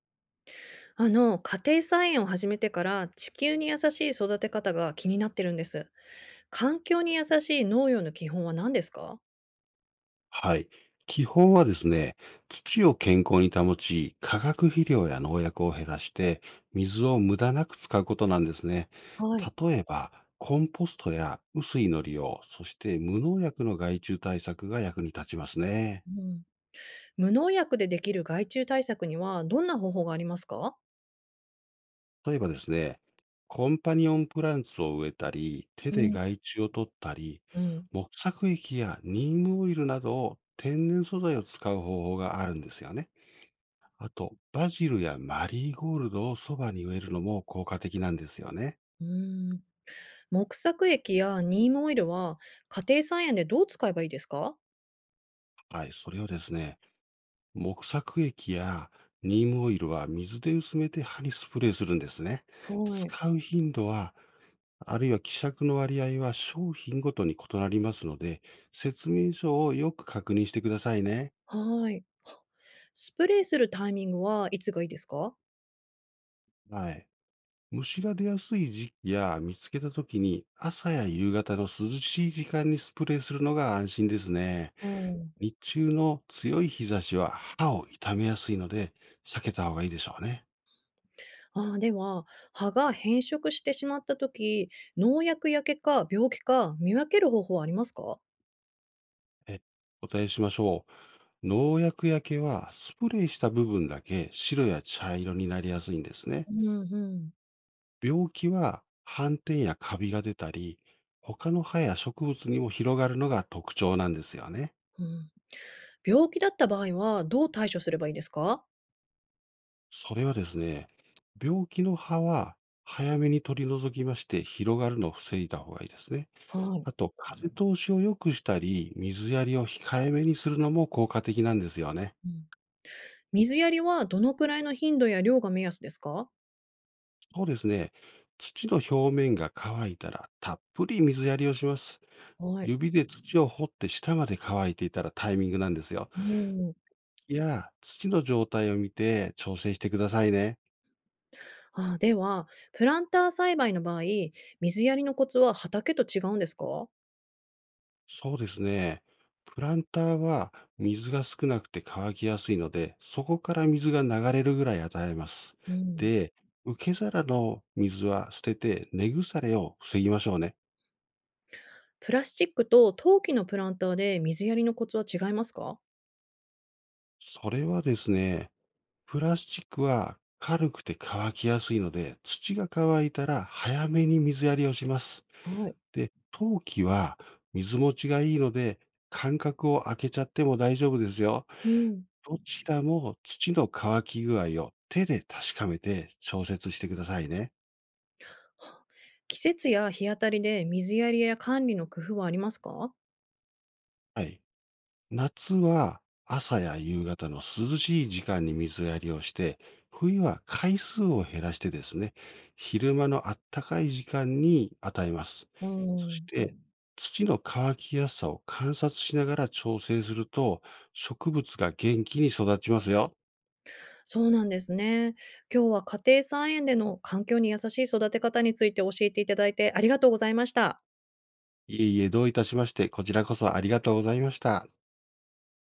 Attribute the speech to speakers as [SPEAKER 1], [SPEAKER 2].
[SPEAKER 1] 家庭菜園を始めてから地球に優しい育て方が気になってるんです。環境に優しい農業の基本は何ですか？
[SPEAKER 2] はい。基本はですね、土を健康に保ち、化学肥料や農薬を減らして、水を無駄なく使うことなんですね。
[SPEAKER 1] はい。
[SPEAKER 2] 例えば、コンポストや薄いの利用、そして無農薬の害虫対策が役に立ちますね。
[SPEAKER 1] うん、無農薬でできる害虫対策にはどんな方法がありますか？
[SPEAKER 2] 例えばですね、コンパニオンプランツを植えたり、手
[SPEAKER 1] う
[SPEAKER 2] で
[SPEAKER 1] ん。
[SPEAKER 2] 害虫を取ったり、
[SPEAKER 1] うん。
[SPEAKER 2] 木作液やニームオイルなどを天然素材を使う方法があるんですよね。あと、バジルやマリーゴールドをそばに植えるのも効果的なんですよね。
[SPEAKER 1] うーん、木作液やニームオイルは家庭菜園でどう使えばいいですか？
[SPEAKER 2] はい、それをですね、木作液やニームオイルは水で薄めて葉にスプレーするんですね。
[SPEAKER 1] はい。
[SPEAKER 2] 使う頻度は、あるいは希釈の割合は商品ごとに異なりますので、説明書をよく確認してくださいね。
[SPEAKER 1] はい。スプレーするタイミングはいつがいいですか？
[SPEAKER 2] はい。虫が出やすい時期や見つけた時に朝や夕方の涼しい時間にスプレーするのが安心ですね。日中の強い日差しは歯を痛めやすいので、避けた方がいいでしょうね。
[SPEAKER 1] ああ、では、葉が変色してしまった時、農薬やけか病気か見分ける方法はありますか？
[SPEAKER 2] えお答えしましょう。農薬焼けはスプレーした部分だけ白や茶色になりやすいんですね。
[SPEAKER 1] うんうん。
[SPEAKER 2] 病気は斑点やカビが出たり、他の歯や植物にも広がるのが特徴なんですよね。
[SPEAKER 1] うん、病気だった場合はどう対処すればいいですか？
[SPEAKER 2] それはですね、病気の歯は早めに取り除きまして広がるのを防いだ方がいいですね。
[SPEAKER 1] はい。
[SPEAKER 2] あと、風通しを良くしたり、水やりを控えめにするのも効果的なんですよね。
[SPEAKER 1] うん。水やりはどのくらいの頻度や量が目安ですか？
[SPEAKER 2] そうですね。土の表面が乾いたら、たっぷり水やりをします。
[SPEAKER 1] はい。
[SPEAKER 2] 指で土を掘って下まで乾いていたらタイミングなんですよ。
[SPEAKER 1] うん。
[SPEAKER 2] いや、土の状態を見て調整してくださいね。
[SPEAKER 1] ああ、では、プランター栽培の場合、水やりのコツは畑と違うんですか？
[SPEAKER 2] そうですね。プランターは水が少なくて乾きやすいので、そこから水が流れるぐらい与えます。
[SPEAKER 1] うん。
[SPEAKER 2] で、受け皿の水は捨てて根腐れを防ぎましょうね。
[SPEAKER 1] プラスチックと陶器のプランターで水やりのコツは違いますか？
[SPEAKER 2] それはですね、プラスチックは軽くて乾きやすいので、土が乾いたら早めに水やりをします。
[SPEAKER 1] はい。
[SPEAKER 2] で、陶器は水持ちがいいので、間隔を空けちゃっても大丈夫ですよ。
[SPEAKER 1] うん。
[SPEAKER 2] どちらも土の乾き具合を手で確かめて調節してくださいね。
[SPEAKER 1] 季節や日当たりで水やりや管理の工夫はありますか？
[SPEAKER 2] はい。夏は朝や夕方の涼しい時間に水やりをして、冬は回数を減らしてですね、昼間のあったかい時間に与えます。
[SPEAKER 1] う
[SPEAKER 2] そし
[SPEAKER 1] ん。
[SPEAKER 2] て、土の乾きやすさを観察しながら調整すると、植物が元気に育ちますよ。
[SPEAKER 1] そうなんですね。今日は家庭菜園での環境に優しい育て方について教えていただいてありがとうございました。
[SPEAKER 2] いえいえ、どういたしまして、こちらこそありがとうございました。